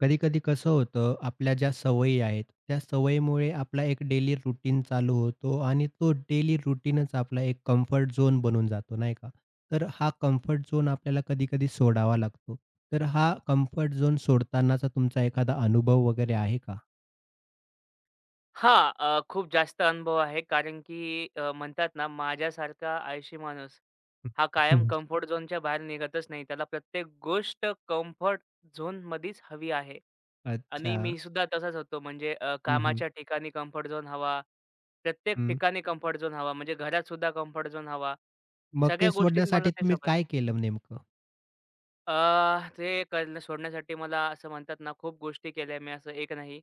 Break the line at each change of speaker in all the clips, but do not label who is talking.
कधी-कधी कसं होतं, आपल्या ज्या सवयी आहेत, त्या सवयीमुळे आपला एक डेली रूटीन चालू होतो आणि तो डेली रूटीनच आपला एक कम्फर्ट झोन बनून जातो, नाही का? तर हा कम्फर्ट झोन आपल्याला कधी-कधी सोडावा लागतो. तर हा कम्फर्ट झोन सोडतानाचा तुमचा एखादा अनुभव वगैरे आहे का?
हां, खूप जास्त अनुभव आहे कारण की म्हणतात ना, माझ्यासारखा आळशी माणूस हा कायम
हम्म.
कम्फर्ट झोनच्या बाहेर निघतच नाही. त्याला प्रत्येक गोष्ट कम्फर्ट झोनमध्येच हवी आहे. आणि
अच्छा.
मी सुद्धा तसाच होतो. म्हणजे
हं, हं.
कामाच्या ठिकाणी कम्फर्ट झोन हवा. प्रत्येक
हं.
ठिकाणी कम्फर्ट झोन हवा. म्हणजे घरात सुद्धा कम्फर्ट झोन हवा.
मग
सगळ्या
ते
गोष्टीत मला
सोडण्यासाठी
तेच
तुम्ही
हवंय.
काय केलं नेमकं?
ते करणं सोडण्यासाठी मला असं म्हणतात ना, खूप गोष्टी केल्या मी, असं एक नाही.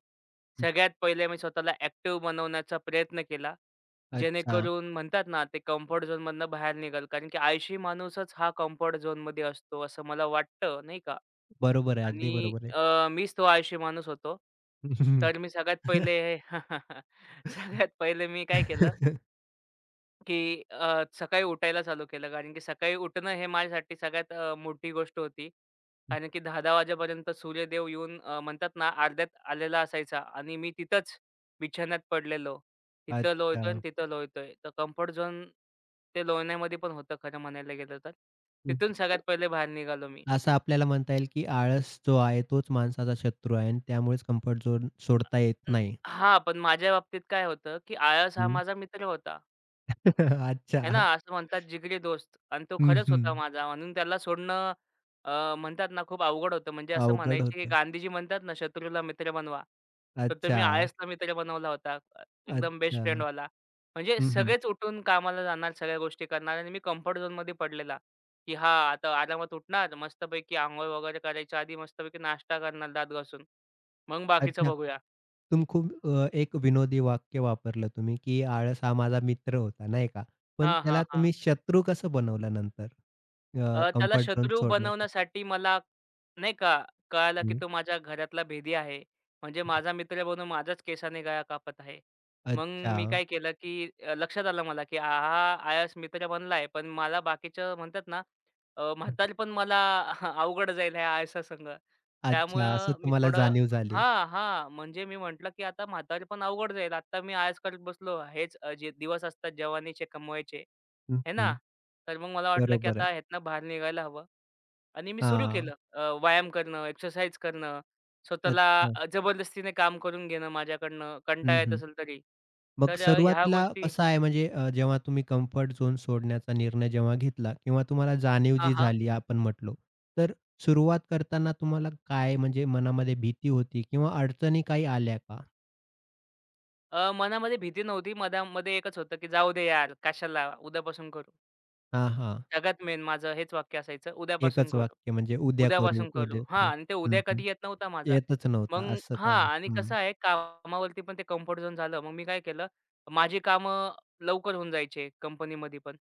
सगळ्यात पहिले मी स्वतःला ॲक्टिव्ह बनवण्याचा प्रयत्न केला.
अच्छा.
जेणेकरून म्हणतात ना, ते कम्फर्ट झोनमधनं बाहेर निघाल. कारण की आळशी माणूसच हा कम्फर्ट झोनमध्ये असतो, असं मला वाटतं, नाही का?
बरोबर आहे. अगदी
आणि
बरोबर आहे.
मीच तो आळशी माणूस होतो. तर मी सगळ्यात पहिले हे सगळ्यात पहिले मी काय केलं, की सकाळी उठायला चालू केलं. कारण की सकाळी उठणं हे माझ्यासाठी सगळ्यात मोठी गोष्ट होती. कारण की 10-10 वाजेपर्यंत सूर्यदेव येऊन, म्हणतात ना, अर्ध्यात आलेला असायचा आणि मी तिथंच बिछान्यात पडलेलो. तिथं
अच्छा.
लोळतोय आणि तिथं लोळतोय. तर कम्फर्ट झोन ते लोळण्यामध्ये पण होतं खरं म्हणायला गेलं तर.
हं.
तिथून सगळ्यात पहिले बाहेर निघालो मी.
असं आपल्याला म्हणता येईल, की आळस जो आहे तोच माणसाचा शत्रू आहे आणि त्यामुळेच कम्फर्ट झोन सोडता येत
अं,
नाही.
हां, पण माझ्या बाबतीत काय होतं, की आळस हा
हं.
माझा मित्र होता. आहे ना,
अच्छा.
असं म्हणतात जिगरी दोस्त आणि तो
हं,
खरंच
हं.
होता माझा म्हणून त्याला सोडणं म्हणतात ना खूप अवघड होतं. म्हणजे असं
अवघड
म्हणायचे की
होतं.
गांधीजी म्हणतात ना, "शत्रूला मित्र बनवा." तर
अच्छा,
तुम्ही आयसला मित्र बनवला होता. एकदम बेस्ट
अच्छा.
फ्रेंड वाला, म्हणजे
हं, हं.
सगळेच उठून कामाला जाणार, सगळ्या गोष्टी करणार आणि मी कम्फर्ट झोनमध्ये पडलेला, की हां, आता आरामात उठणार, मस्तपैकी अंघोळ वगैरे करायच्या आधी मस्तपैकी नाश्ता करणार दात घासून. मग बाकीचं
अच्छा.
बघूया.
तुम्ही खूप एक विनोदी वाक्य वापरलं तुम्ही, की आळस हा माझा मित्र होता, नाही का? पण
हां, हां,
त्याला
हां.
तुम्ही शत्रू कसं बनवलं नंतर
त्याला
कम्फर्ट झोन
शत्रू
सोडण्यासाठी?
बनवण्यासाठी मला, नाही का, कळालं की
हं.
तो माझ्या घरातला भेदी आहे. म्हणजे माझा मित्र बनून माझ्याच केसाने गळा कापत आहे. मग
अच्छा,
मी काय केलं की लक्षात आलं मला की हा हा आयस मित्र बनला आहे, पण मला बाकीचं म्हणतात ना, म्हातारपण मला अवघड जाईल ह्या आयसासंग.
अच्छा. असं
त्यामुळं मी
तुम्हाला
थोडं
जाणीव झाली.
हां, हां. म्हणजे मी म्हटलं की आता म्हातारपण अवघड जाईल. आता मी आळस करत बसलो. हेच, जे दिवस असतात जवानीचे कमवायचे,
हं,
हे ना?
हं.
तर मग मला वाटलं, की
बरोबर
आता
आहे.
ह्यातनं बाहेर निघायला हवं आणि मी सुरू
हां.
केलं, व्यायाम करणं, एक्सरसाइज करणं, स्वतःला
अच्छा.
जबरदस्तीने काम करून घेणं माझ्याकडनं,
हं,
कंटाळा येत
हं.
असेल तरी.
मग
तर ह्या
सुरुवातीला
गोष्टी
कसं आहे म्हणजे जेव्हा तुम्ही कम्फर्ट झोन सोडण्याचा निर्णय जेव्हा घेतला किंवा तुम्हाला जाणीव
हां,
जी
हां.
झाली आपण म्हटलो, तर सुरुवात करताना तुम्हाला काय म्हणजे मनामध्ये भीती होती किंवा अडचणी काही आल्या का?
मनामध्ये भीती नव्हती. मधामध्ये एकच होतं, की जाऊ दे यार, कशाला, उद्यापासून करू.
हां, हां.
सगळ्यात मेन माझं हेच वाक्य असायचं, "उद्यापासून
एकच
करू,
वाक्य म्हणजे उद्या करू,
उद्यापासून करू."
उद्या
हां
करू.
आणि ते
हं,
उद्या
हं.
कधी येत नव्हता माझा.
येतच नव्हता
मग
असं
हां
का?
आणि
हं.
कसं आहे कामावरती पण ते कम्फर्ट झोन झालं. मग मी काय केलं, माझी कामं लवकर होऊन जायचे कंपनीमध्ये पण.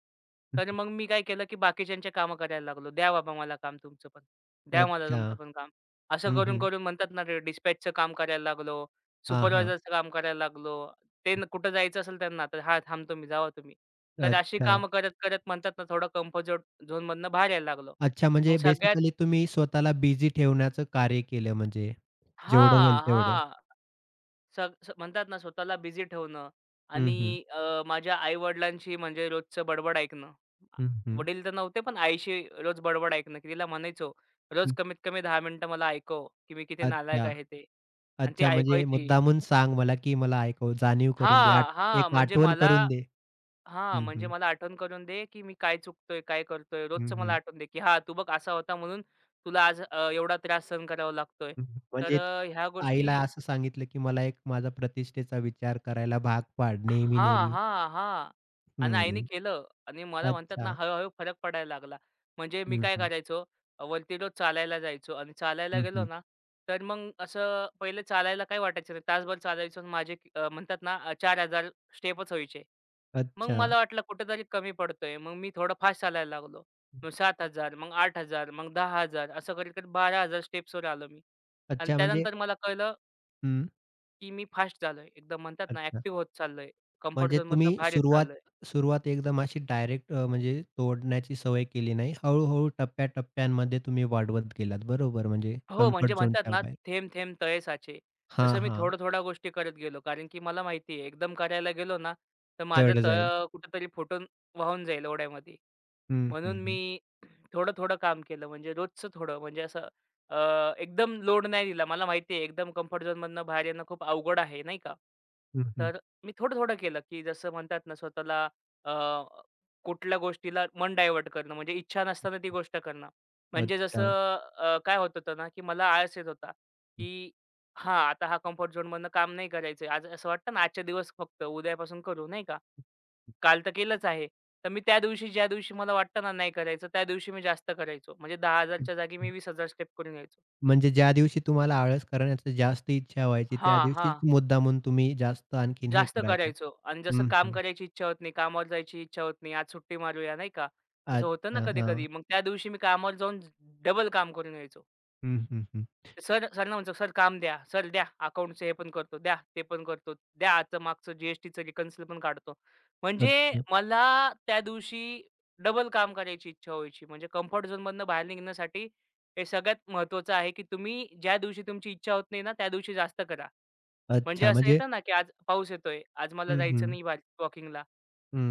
तर मग मी काय केलं, की बाकीच्यांचे कामं करायला लागलो. "द्या बाबा मला काम तुमचं पण, द्या मला
अच्छा.
तुमचं पण काम." असं
हं,
करून,
हं.
करून म्हणतात ना, डिस्पॅचचं काम करायला लागलो,
हां, हां.
सुपरवायझरचं काम करायला लागलो. ते न कुठं जायचं असेल त्यांना, तर "हां, थांबतो मी, जावा तुम्ही." तर अशी
अच्छा.
कामं करत-करत म्हणतात ना, थोडं कम्फर्ट झोन झोनमधनं बाहेर यायला लागलो.
अच्छा
ओके.
म्हणजे
सगळ्यात
बेसिकली तुम्ही स्वतःला बिझी ठेवण्याचं कार्य केलं म्हणजे जेवढं होईल
हां,
तेवढं.
हां. सग स म्हणतात ना, स्वतःला बिझी ठेवणं
हं, हं.
आणि, माझ्या आई-वडिलांशी म्हणजे रोजचं बडबड ऐकणं. आ
हं, हं.
वडील तर नव्हते, पण आईशी रोज बडबड ऐकणं, की तिला म्हणायचो, "रोज
हं.
कमीत कमी 10 मिनिटं मला ऐकव, की मी किती नालायक
अच्छा.
आहे ते." आणि ती
अच्छा, म्हणजे
ऐकवायची.
मुद्दामून सांग मला, की मला ऐकव जाणीव करून दे. आठ
हां, हां.
एक
म्हणजे
आठवण
मला,
करून दे.
हां,
हं,
म्हणजे
हं.
मला आठवण करून दे, की मी काय चुकतोय, काय करतोय.
हं,
रोजचं मला
हं.
आठवण दे, की हां, तू बघ असा होता म्हणून तुला आज, एवढा त्रास सहन करावा लागतोय.
हं, हं.
तर
म्हणजे
ह्या
आईला
गोष्टी
असं सांगितलं, की मला एक माझा प्रतिष्ठेचा विचार करायला भाग पाड
हां,
नेहमी-नेहमी.
हां, हां. आणि आईने
हं.
केलं आणि मला म्हणतात ना,
अच्छा.
हळू फरक पडायला लागला. म्हणजे मी
हं,
काय
हं.
करायचो, वरती रोज चालायला जायचो आणि चालायला
हं,
गेलो
हं.
ना, तर मग असं पहिले चालायला काही वाटायचं नाही. तासभर चालायचो आणि माझे म्हणतात ना, 4,000 स्टेपच व्हायचे. मग
अच्छा.
मला वाटलं कुठेतरी कमी पडतोय. मग मी थोडं फास्ट चालायला लागलो. मग 7,000 मग 8,000 मग 10,000 असं करीत-करीत 12,000 स्टेप्सवर आलो मी. आणि
अच्छा म्हणजे
त्यानंतर मला कळलं
हं.
की मी फास्ट झालोय. एकदम म्हणतात ना
अच्छा.
ॲक्टिव्ह होत चाललोय. कम्फर्ट
म्हणजे
झोनमधनं
तुम्ही
बाहेर येत
सुरुवात
चाललोय.
सुरुवात एकदम अशी डायरेक्ट म्हणजे तोडण्याची सवय केली नाही. हळू-हळू टप्प्या-टप्प्यांमध्ये तुम्ही वाढवत गेलात. बरोबर म्हणजे
हो, म्हणजे
कम्फर्ट
म्हणतात
झोनच्या
ना
बाहेर.
थेंब थेंब तळे साचे.
हां,
तसं मी
हां.
थोड्या-थोड्या गोष्टी करत गेलो. कारण की मला माहिती आहे एकदम करायला गेलो ना, तर माझं
चढ जाईल.
तळ कुठेतरी फुटून वाहून जाईल ओढ्यामध्ये.
हं, हं,
म्हणून
हं.
मी थोडं-थोडं काम केलं म्हणजे रोजचं थोडं म्हणजे असं, एकदम लोड नाही दिला. मला माहिती आहे एकदम कम्फर्ट झोनमधनं बाहेर येणं खूप अवघड आहे, नाही का.
हं, हं.
तर मी थोडं-थोडं केलं, की जसं म्हणतात ना स्वतःला अ, कुठल्या गोष्टीला मन डायव्हर्ट करणं म्हणजे इच्छा नसताना ती गोष्ट करणं. म्हणजे
अच्छा.
जसं, काय होत होतं ना, की मला आळस येत होता,
हं,
की हां, आता हा कम्फर्ट झोनमधनं काम नाही करायचं आज असं वाटतं ना आजचे दिवस फक्त उद्यापासून करू, नाही का. काल तर केलंच आहे. तर मी त्या दिवशी ज्या दिवशी मला वाटतं ना नाही करायचं, त्या दिवशी मी जास्त करायचो. म्हणजे 10,000च्या जागी मी
अच्छा.
20,000 स्टेप करून यायचो.
म्हणजे ज्या दिवशी तुम्हाला आळस करण्याची जास्त इच्छा व्हायची, त्या
हां,
दिवशीच
हां.
मुद्दामून तुम्ही जास्त आणखीन हे
जास्त
करायचं.
करायचो आणि जसं
हं,
काम
हं.
करायची इच्छा होत नाही, कामावर जायची इच्छा होत नाही, आज सुट्टी मारूया नाही का? असं होतं ना
अच्छा, हां.
कधी-कधी. मग त्या दिवशी मी कामावर जाऊन डबल काम करून यायचो.
हं, हं, हं.
सरना म्हणतो, "सर काम द्या, सर द्या अकाउंटचं हे पण करतो, द्या ते पण करतो, द्या आजचं मागचं जी एस रिकन्सिल पण काढतो." म्हणजे
अच्छा.
मला त्या दिवशी डबल काम करायची इच्छा व्हायची. म्हणजे कम्फर्ट झोनमधनं बाहेर निघण्यासाठी हे सगळ्यात महत्त्वाचं आहे, की तुम्ही ज्या दिवशी तुमची इच्छा होत नाही ना, त्या दिवशी जास्त करा. म्हणजे
अच्छा,
असं
म्हणजे
येतं ना, की आज पाऊस येतोय, आज मला
हं,
जायचं
हं,
नाही वॉकिंगला.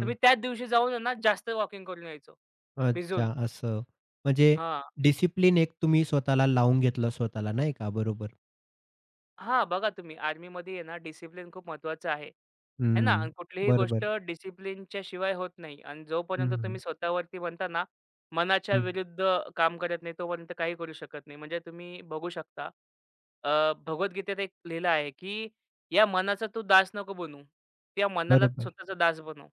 तर मी त्याच दिवशी जाऊन आहे ना, जास्त वॉकिंग करून यायचो
अच्छा
भिजून.
असं. म्हणजे
हां.
डिसिप्लिन एक तुम्ही स्वतःला लावून घेतलं स्वतःला नाही का? बरोबर.
हां, बघा तुम्ही आर्मीमध्ये आहे ना, डिसिप्लिन खूप महत्त्वाचं आहे. आहे ना?
हं.
आणि कुठलीही गोष्ट
बरोबर.
डिसिप्लिनच्या शिवाय होत नाही आणि जोपर्यंत
हं, हं.
तुम्ही स्वतःवरती म्हणता ना, मनाच्या
हं.
विरुद्ध काम करत नाही, तोपर्यंत काही करू शकत नाही. म्हणजे तुम्ही बघू शकता, अ, भगवद्गीतेत एक लिहिलं आहे, की "या मनाचा तू दास नको बनू. त्या मनालाच
बरोबर.
स्वतःचा दास बनव."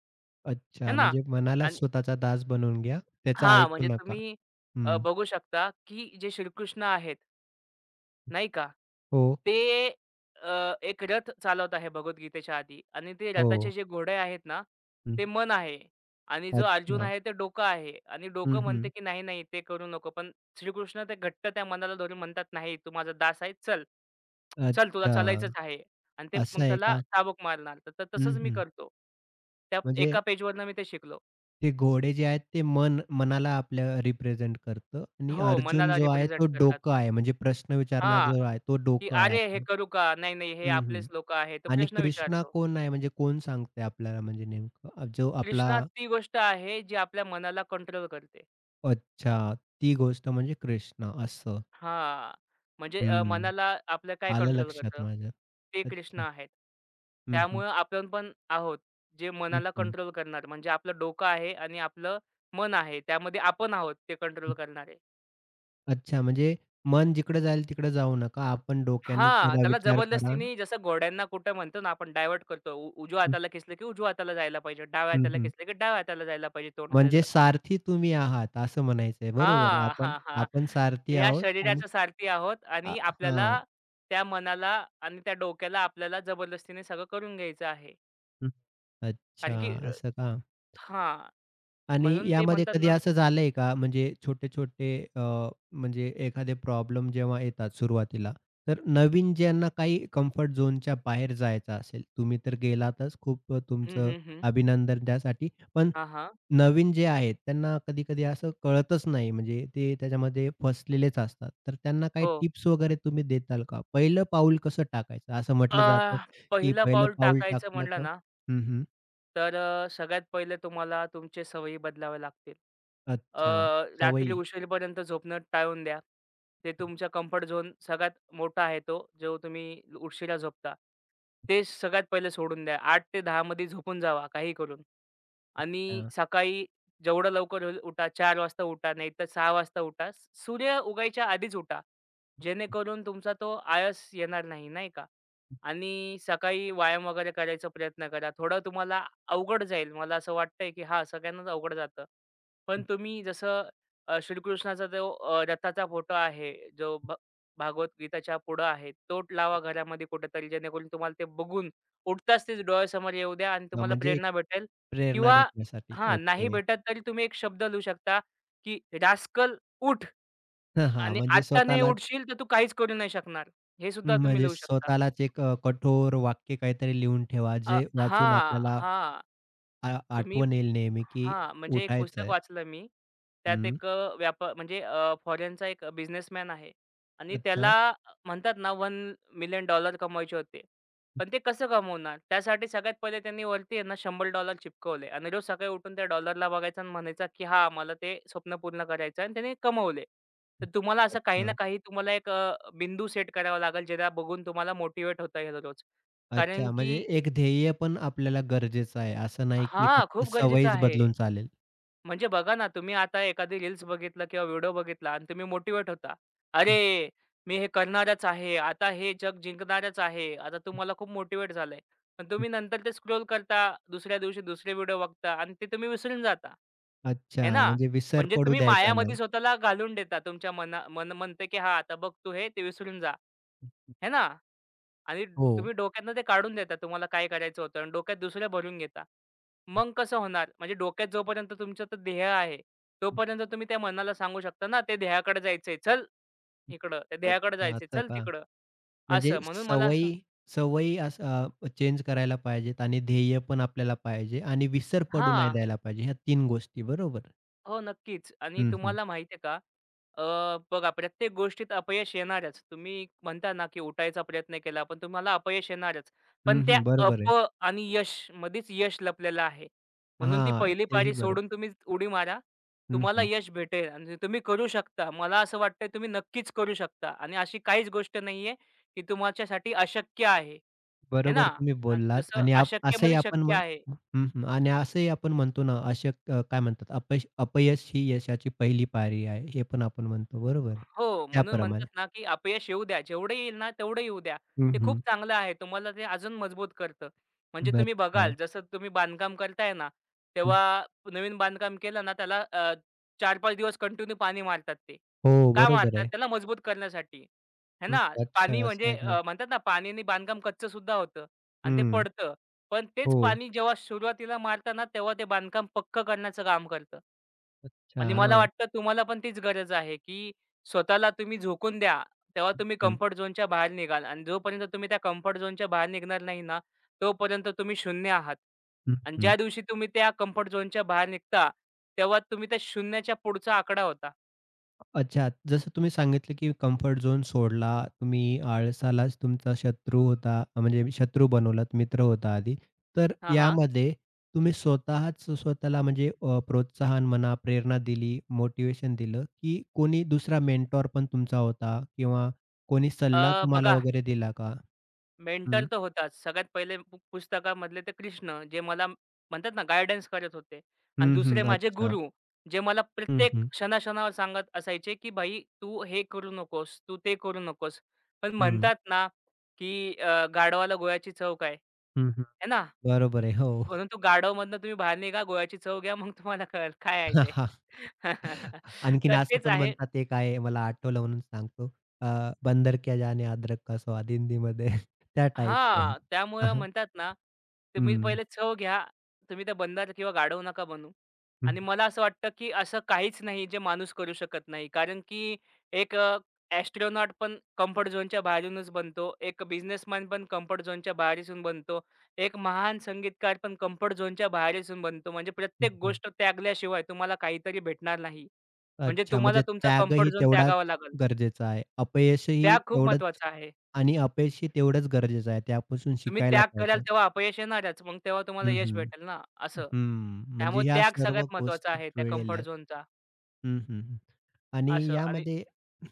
है
अच्छा,
ना?
म्हणजे मनाला
आणि
स्वतःचा दास बनवून घ्या. त्याचं
हां,
ऐकू
म्हणजे
नका.
तुम्ही,
हं.
बघू शकता, की जे श्रीकृष्ण आहेत, नाही का?
हो,
ते, एक रथ चालवत आहे भगवद्गीतेच्या आधी आणि ते
हो.
रथाचे जे घोडे आहेत ना,
हं.
ते मन आहे आणि जो अर्जुन
अच्छा.
आहे ते डोकं आहे आणि
हं,
डोकं म्हणते,
हं.
की "नाही, नाही ते करू नको." पण श्रीकृष्ण ते घट्ट त्या मनाला धरून म्हणतात, "नाही, तू माझा दास आहे. चल, चल तुला
अच्छा,
चालायचंच आहे." आणि ते मग
असं आहे
त्याला
का?
चाबूक मारणार. तर तर
हं,
तसंच मी
हं.
करतो. त्या
म्हणजे
एका पेजवरनं मी ते शिकलो.
ते घोडे जे आहेत ते मनाला आपल्या रिप्रेझेंट करतं आणि
हो,
अर्जुन
मनाला
जो आहे
रिप्रेझेंट
तो
करतात.
डोकं आहे म्हणजे प्रश्न विचारणारा
हां.
जो आहे तो
की
डोकं आहे
"अरे, हे
आपलं.
करू का? नाही, नाही, हे
हं, हं.
आपलेच लोकं आहेत." तो
आणि
प्रश्न
कृष्णा
विचारतो.
कोण आहे म्हणजे कोण सांगतंय आपल्याला म्हणजे नेमकं जो आपला
कृष्णा ती गोष्ट आहे, जी आपल्या मनाला कंट्रोल करते.
अच्छा, ती गोष्ट म्हणजे कृष्णा असं.
हां, म्हणजे,
हं.
मनाला आपलं काय
आलं
कंट्रोल
लक्षात
करतं?
माझ्या.
ते कृष्ण
अच्छा.
आहेत.
हं, हं.
त्यामुळं आपण पण आहोत, जे
हं,
मनाला
हं.
कंट्रोल करणार. म्हणजे आपलं डोकं आहे आणि आपलं मन आहे. त्यामध्ये आपण आहोत ते कंट्रोल करणारे.
अच्छा, म्हणजे मन जिकडे जाईल तिकडे जाऊ नका. आपण डोक्याने
हां,
थोडा
त्याला
विचार करा.
जबरदस्तीने जसं घोड्यांना कुठं म्हणतो ना आपण डायव्हर्ट करतो. उजव्या
हं,
हाताला खेचलं, की उजव्या हाताला जायला पाहिजे. डाव्या
हं,
हाताला
हं.
खेचलं, की डाव्या हाताला जायला पाहिजे तोंड.
म्हणजे सारथी तुम्ही आहात असं म्हणायचंय. बरोबर.
हां,
आपण
हां, हां.
आपण सारथी
या
आहोत आणि
शरीराच्या सारथी आहोत
आ
आणि आपल्याला
हां.
त्या मनाला आणि त्या डोक्याला आपल्याला जबरदस्तीने सगळं करून घ्यायचं आहे.
हं. अच्छा
कारण की
असं का?
हां,
आणि
म्हणून ते
यामध्ये
म्हणतात
कधी
ना
असं झालंय का, म्हणजे छोटे-छोटे म्हणजे एखादे प्रॉब्लेम जेव्हा येतात सुरुवातीला, तर नवीन ज्यांना काही कम्फर्ट झोनच्या बाहेर जायचं असेल, तुम्ही तर गेलातच, खूप
हं,
तुमचं
हं, हं.
अभिनंदन त्यासाठी. पण
हां, हां.
नवीन जे आहेत, त्यांना कधी-कधी असं कळतच नाही, म्हणजे ते त्याच्यामध्ये फसलेलेच असतात. तर त्यांना काही
हो.
टिप्स वगैरे तुम्ही देताल का? पहिलं पाऊल कसं टाकायचं? असं
अ,
म्हटलं जातं, की
पहिलं
पहिलं
पाऊल
पाऊल
टाकायचं
टाकलं
म्हणलं
का
ना,
हं, हं.
तर, सगळ्यात पहिले तुम्हाला तुमचे सवयी बदलावे लागतील. अ,
अच्छा.
रात्री
सवयी.
उशीरपर्यंत झोपणं टाळून द्या. ते तुमचा कम्फर्ट झोन सगळ्यात मोठा आहे तो, जो तुम्ही उशिरा झोपता. ते सगळ्यात पहिले सोडून द्या. 8 ते 10 मध्ये झोपून जावा काहीही करून. आणि
हां.
सकाळी जेवढं लवकर होईल उठा. 4 वाजता उठा, नाहीतर 6 वाजता उठा. सूर्य उगायच्या आधीच उठा. जेणेकरून तुमचा तो आळस येणार नाही, नाही का? आणि सकाळी व्यायाम वगैरे करायचा प्रयत्न करा. थोडं तुम्हाला अवघड जाईल. मला असं वाटतंय, की हां, सगळ्यांनाच अवघड जातं. पण तुम्ही जसं, श्रीकृष्णाचा जो, रथाचा फोटो आहे, जो भागवत गीताच्या पुढं आहे, तो लावा घरामध्ये कुठेतरी जेणेकरून तुम्हाला ते बघून उठताच तेच डोळ्यासमोर येऊ द्या आणि
हां,
तुम्हाला
म्हणजे एक
प्रेरणा भेटेल
प्रेरणा
किंवा
भेटण्यासाठी.
हां, नाही
ओके.
भेटत तरी तुम्ही एक शब्द लिहू शकता, की "रास्कल उठ
हां, हां.
आणि
म्हणजे
आत्ता नाही
स्वतःलाच
उठशील तर तू काहीच करू नाही शकणार." हे सुद्धा तुम्ही
म्हणजे
लिहू शकता.
स्वतःलाच एक कठोर वाक्य काहीतरी लिहून ठेवा, जे वाचून
हां,
आपल्याला
हां.
आ
तुम्ही
आठवण येईल नेहमी, की
हां, म्हणजे एक
उठायचं
पुस्तक
आहे.
वाचलं मी. त्यात
हं.
एक, अ, व्यापा म्हणजे फॉरेनचा एक बिझनेसमॅन आहे आणि
अच्छा,
त्याला, म्हणतात ना, $1,000,000 कमवायचे होते. पण ते कसं कमवणार? त्यासाठी सगळ्यात पहिले त्यांनी वरती आहे ना $100 चिपकवले आणि रोज सकाळी उठून त्या डॉलरला बघायचा आणि म्हणायचा, की "हां, मला ते स्वप्न पूर्ण करायचं आहे" आणि त्याने कमवले. तर तुम्हाला असं काही
अच्छा,
ना काही तुम्हाला एक, बिंदू सेट करावा लागेल, ज्याला बघून तुम्हाला मोटिव्हेट होता येईल रोज. कारण
अच्छा. म्हणजे
की
एक ध्येय पण आपल्याला गरजेचं आहे. असं नाही, की
हां,
फक्त
खूप गरजेचं
सवयीच
आहे.
बदलून चालेल.
म्हणजे बघा ना, तुम्ही आता एखादी रील्स बघितलं किंवा व्हिडिओ बघितला आणि तुम्ही मोटिव्हेट होता.
हं,
"अरे, मी हे करणारच आहे. आता हे जग जिंकणारच आहे." आता
हं,
तुम्हाला खूप मोटिव्हेट झालंय. पण
हं.
तुम्ही नंतर ते स्क्रोल करता, दुसऱ्या दिवशी दुसरे व्हिडिओ बघता आणि ते तुम्ही विसरून जाता. हे
अच्छा,
ना?
म्हणजे विसर
म्हणजे
पडू
तुम्ही
द्यायचा
मायामध्ये
नाही.
स्वतःला घालून देता. तुमच्या मन म्हणते, की "हां, आता बघ तू हे, ते विसरून जा." हे ना? आणि
हो.
तुम्ही डोक्यातनं ते काढून देता तुम्हाला काय करायचं होतं आणि डोक्यात दुसरं भरून घेता. मग कसं होणार? म्हणजे डोक्यात जोपर्यंत तुमचं तर ध्येय आहे, तोपर्यंत तुम्ही त्या मनाला सांगू शकता ना, "ते ध्येयाकडे जायचंय, चल इकडं. त्या ध्येयाकडे
अच्छा,
जायचंय,
असं
चल
का?
तिकडं." असं
म्हणजे
म्हणून मला असं
सवयी सवयी असं चेंज करायला पाहिजेत आणि ध्येय पण आपल्याला पाहिजे आणि विसर पडू नाही
हां.
द्यायला पाहिजे. ह्या 3 गोष्टी बरोबर.
हो, नक्कीच. आणि
हं, हं.
तुम्हाला माहिती आहे का, बघा प्रत्येक गोष्टीत अपयश येणारच. तुम्ही म्हणता ना, की उठायचा प्रयत्न केला, पण तुम्हाला अपयश येणारच. पण
हं,
त्या
हं. बरोबर आहे.
अप आणि यश मध्येच यश लपलेलं आहे. म्हणून ती
हां,
पहिली
तेही
पारी
बरोबर.
सोडून तुम्ही उडी मारा.
हं,
तुम्हाला
हं.
यश भेटेल आणि तुम्ही करू शकता. मला असं वाटतंय तुम्ही नक्कीच करू शकता आणि अशी काहीच गोष्ट नाहीये, की तुमच्यासाठी अशक्य आहे. है ना?
बरोबर तुम्ही बोललात
जसं
आणि आप असंही
अशक्यमध्ये
आपण
शक्य
म्हण
आहे.
हं, हं. आणि असंही आपण म्हणतो ना, अशक काय म्हणतात अपयश अपयश ही यशाची पहिली पायरी आहे, हे पण आपण म्हणतो बरोबर.
हो, म्हणून म्हणतात
त्याप्रमाणे.
ना, की अपयश येऊ द्या. जेवढं येईल ना, तेवढं येऊ द्या.
हं,
ते खूप
हं.
चांगलं आहे. तुम्हाला ते अजून मजबूत करतं. म्हणजे तुम्ही
अच्छा.
बघाल, जसं तुम्ही बांधकाम करताय ना,
हं.
तेव्हा नवीन बांधकाम केलं ना, त्याला, 4-5 दिवस कंटिन्यू पाणी मारतात ते.
हो,
का
बरोबर
मारतात?
आहे.
त्याला मजबूत करण्यासाठी. है
हं.
ना?
अच्छा
पाणी
असं
म्हणजे,
आहे का?
म्हणतात ना, पाण्याने बांधकाम कच्चं सुद्धा होतं आणि ते
हं.
पडतं. पण तेच
हो.
पाणी जेव्हा सुरुवातीला मारतात तेव्हा ते बांधकाम पक्कं करण्याचं काम करतं.
अच्छा,
आणि मला
हां.
वाटतं तुम्हाला पण तीच गरज आहे, की स्वतःला तुम्ही झोकून द्या. तेव्हा तुम्ही
हं,
कम्फर्ट झोनच्या बाहेर निघाल आणि जोपर्यंत तुम्ही त्या कम्फर्ट झोनच्या बाहेर निघणार नाही ना, तोपर्यंत तुम्ही शून्य आहात.
हं,
आणि
हं.
ज्या दिवशी तुम्ही त्या कम्फर्ट झोनच्या बाहेर निघता, तेव्हा तुम्ही त्या शून्याच्या पुढचा आकडा होता.
अच्छा, जसं तुम्ही सांगितलं, की कम्फर्ट झोन सोडला, तुम्ही आळसालाच तुमचा शत्रू होता, म्हणजे शत्रू बनवलात, मित्र होता आधी. तर
हां, हां.
यामध्ये तुम्ही स्वतःच स्वतःला म्हणजे प्रोत्साहन म्हणा, प्रेरणा दिली, मोटिवेशन दिलं, की कोणी दुसरा मेंटॉर पण तुमचा होता किंवा कोणी सल्ला तुम्हाला
बघा
वगैरे दिला का?
मेंटर
हं,
तर होताच. सगळ्यात पहिले पुस्तकामधले ते कृष्ण जे मला म्हणतात ना गाईडन्स करत होते आणि
हं,
दुसरे
हं.
माझे
अच्छा.
गुरु जे मला
हं,
प्रत्येक
हं,
क्षणाक्षणावर सांगत असायचे, की "भाई तू हे करू नकोस, तू ते करू नकोस." पण
हं,
म्हणतात ना, की "गाढवाला गुळाची चव काय?"
हं, हं.
आहे ना?
बरोबर आहे. हो.
म्हणून तो गाढवमधनं तुम्ही बाहेर निघा, गुळाची चव घ्या, मग तुम्हाला कळेल काय आहे ते.
आणखीन
तर
असं
तेच
पण
आहे
म्हणतात ते आहे मला आठवलं म्हणून सांगतो. अ, बंदर क्या जाने अदरक का स्वाद हिंदीमध्ये त्या टाइपचं.
हां,
हां,
त्यामुळं
हां.
म्हणतात ना, तुम्ही
हं,
पहिले चव घ्या. तुम्ही त्या बंदर किंवा गाढव नका बनू.
हं,
आणि मला असं वाटतं, की असं काहीच नाही जे माणूस करू शकत नाही. कारण की एक, ॲस्ट्रोनॉट पण कम्फर्ट झोनच्या बाहेरूनच बनतो. एक बिझनेसमॅन पण कम्फर्ट झोनच्या बाहेरच बनतो. एक महान संगीतकार पण कम्फर्ट झोनच्या बाहेरच बनतो. म्हणजे प्रत्येक
हं,
गोष्ट त्यागल्याशिवाय तुम्हाला काहीतरी भेटणार नाही. म्हणजे
अच्छा
तुम्हाला
म्हणजे
तुमचा कम्फर्ट
त्यागही
झोन
तेवढाच
त्यागावा लागेल.
गरजेचा आहे. अपयशही
त्याग खूप
तेवढंच
महत्त्वाचा आहे.
आणि अपयशही तेवढंच गरजेचं आहे. त्यापासून
तुम्ही
शिकायला
त्याग कराल
पाहिजे.
तेव्हा अपयश येणारच. मग तेव्हा तुम्हाला
हं,
यश
हं.
भेटेल ना असं.
हं, म्हणजे
त्यामुळे
ह्या
त्याग
सर्व
सगळ्यात महत्त्वाचा
गोष्टी
आहे त्या
जुळलेल्या
कम्फर्ट
आहेत.
झोनचा
हं, हं. आणि
असं आणि
यामध्ये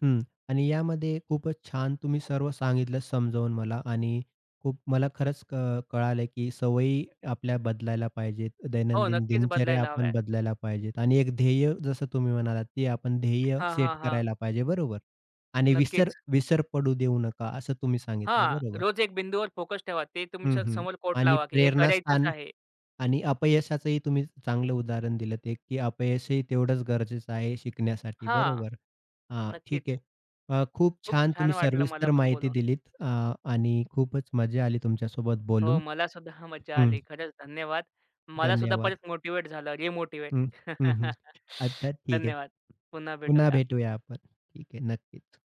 हं. आणि यामध्ये खूपच छान तुम्ही सर्व सांगितलं समजावून मला आणि खूप मला खरंच क कळालं की सवयी आपल्या बदलायला पाहिजेत.
हो,
दैनंदिन
नक्कीच
दिनचर्या
बदलायला
आपण
हवाय.
बदलायला पाहिजेत आणि एक ध्येय जसं तुम्ही म्हणालात, ते आपण ध्येय
हां, हां,
सेट
हां.
करायला पाहिजे बरोबर. आणि विसर
नक्कीच.
विसर पडू देऊ नका असं तुम्ही सांगितलं
हां,
बरोबर.
रोज एक बिंदूवर फोकस ठेवा. ते
हं,
तुमच्या
हं.
समोर कोट
आणि
लावा, की हे करायचंच
प्रेरणास्थान
आहे.
आणि अपयशाचंही तुम्ही चांगलं उदाहरण दिलंत एक, की अपयशही तेवढंच गरजेचं आहे शिकण्यासाठी,
हां,
बरोबर. हां, ठीक
नक्कीच.
आहे. खूप
खूप
छान
छान
तुम्ही
वाटलं मला
सर्विस्तर
पण
माहिती
बोलून.
दिलीत आणि खूपच मजा आली तुमच्यासोबत
हो,
बोलून.
मला सुद्धा मज्जा
हं,
आली. खरंच धन्यवाद. मला सुद्धा परत
धन्यवाद.
मोटिव्हेट झालं, रिमोटिव्हेट.
हं, हं, हं. अच्छा ठीक आहे.
धन्यवाद. पुन्हा
पुन्हा
भेटूया.
भेटूया आपण. ठीक आहे, नक्कीच.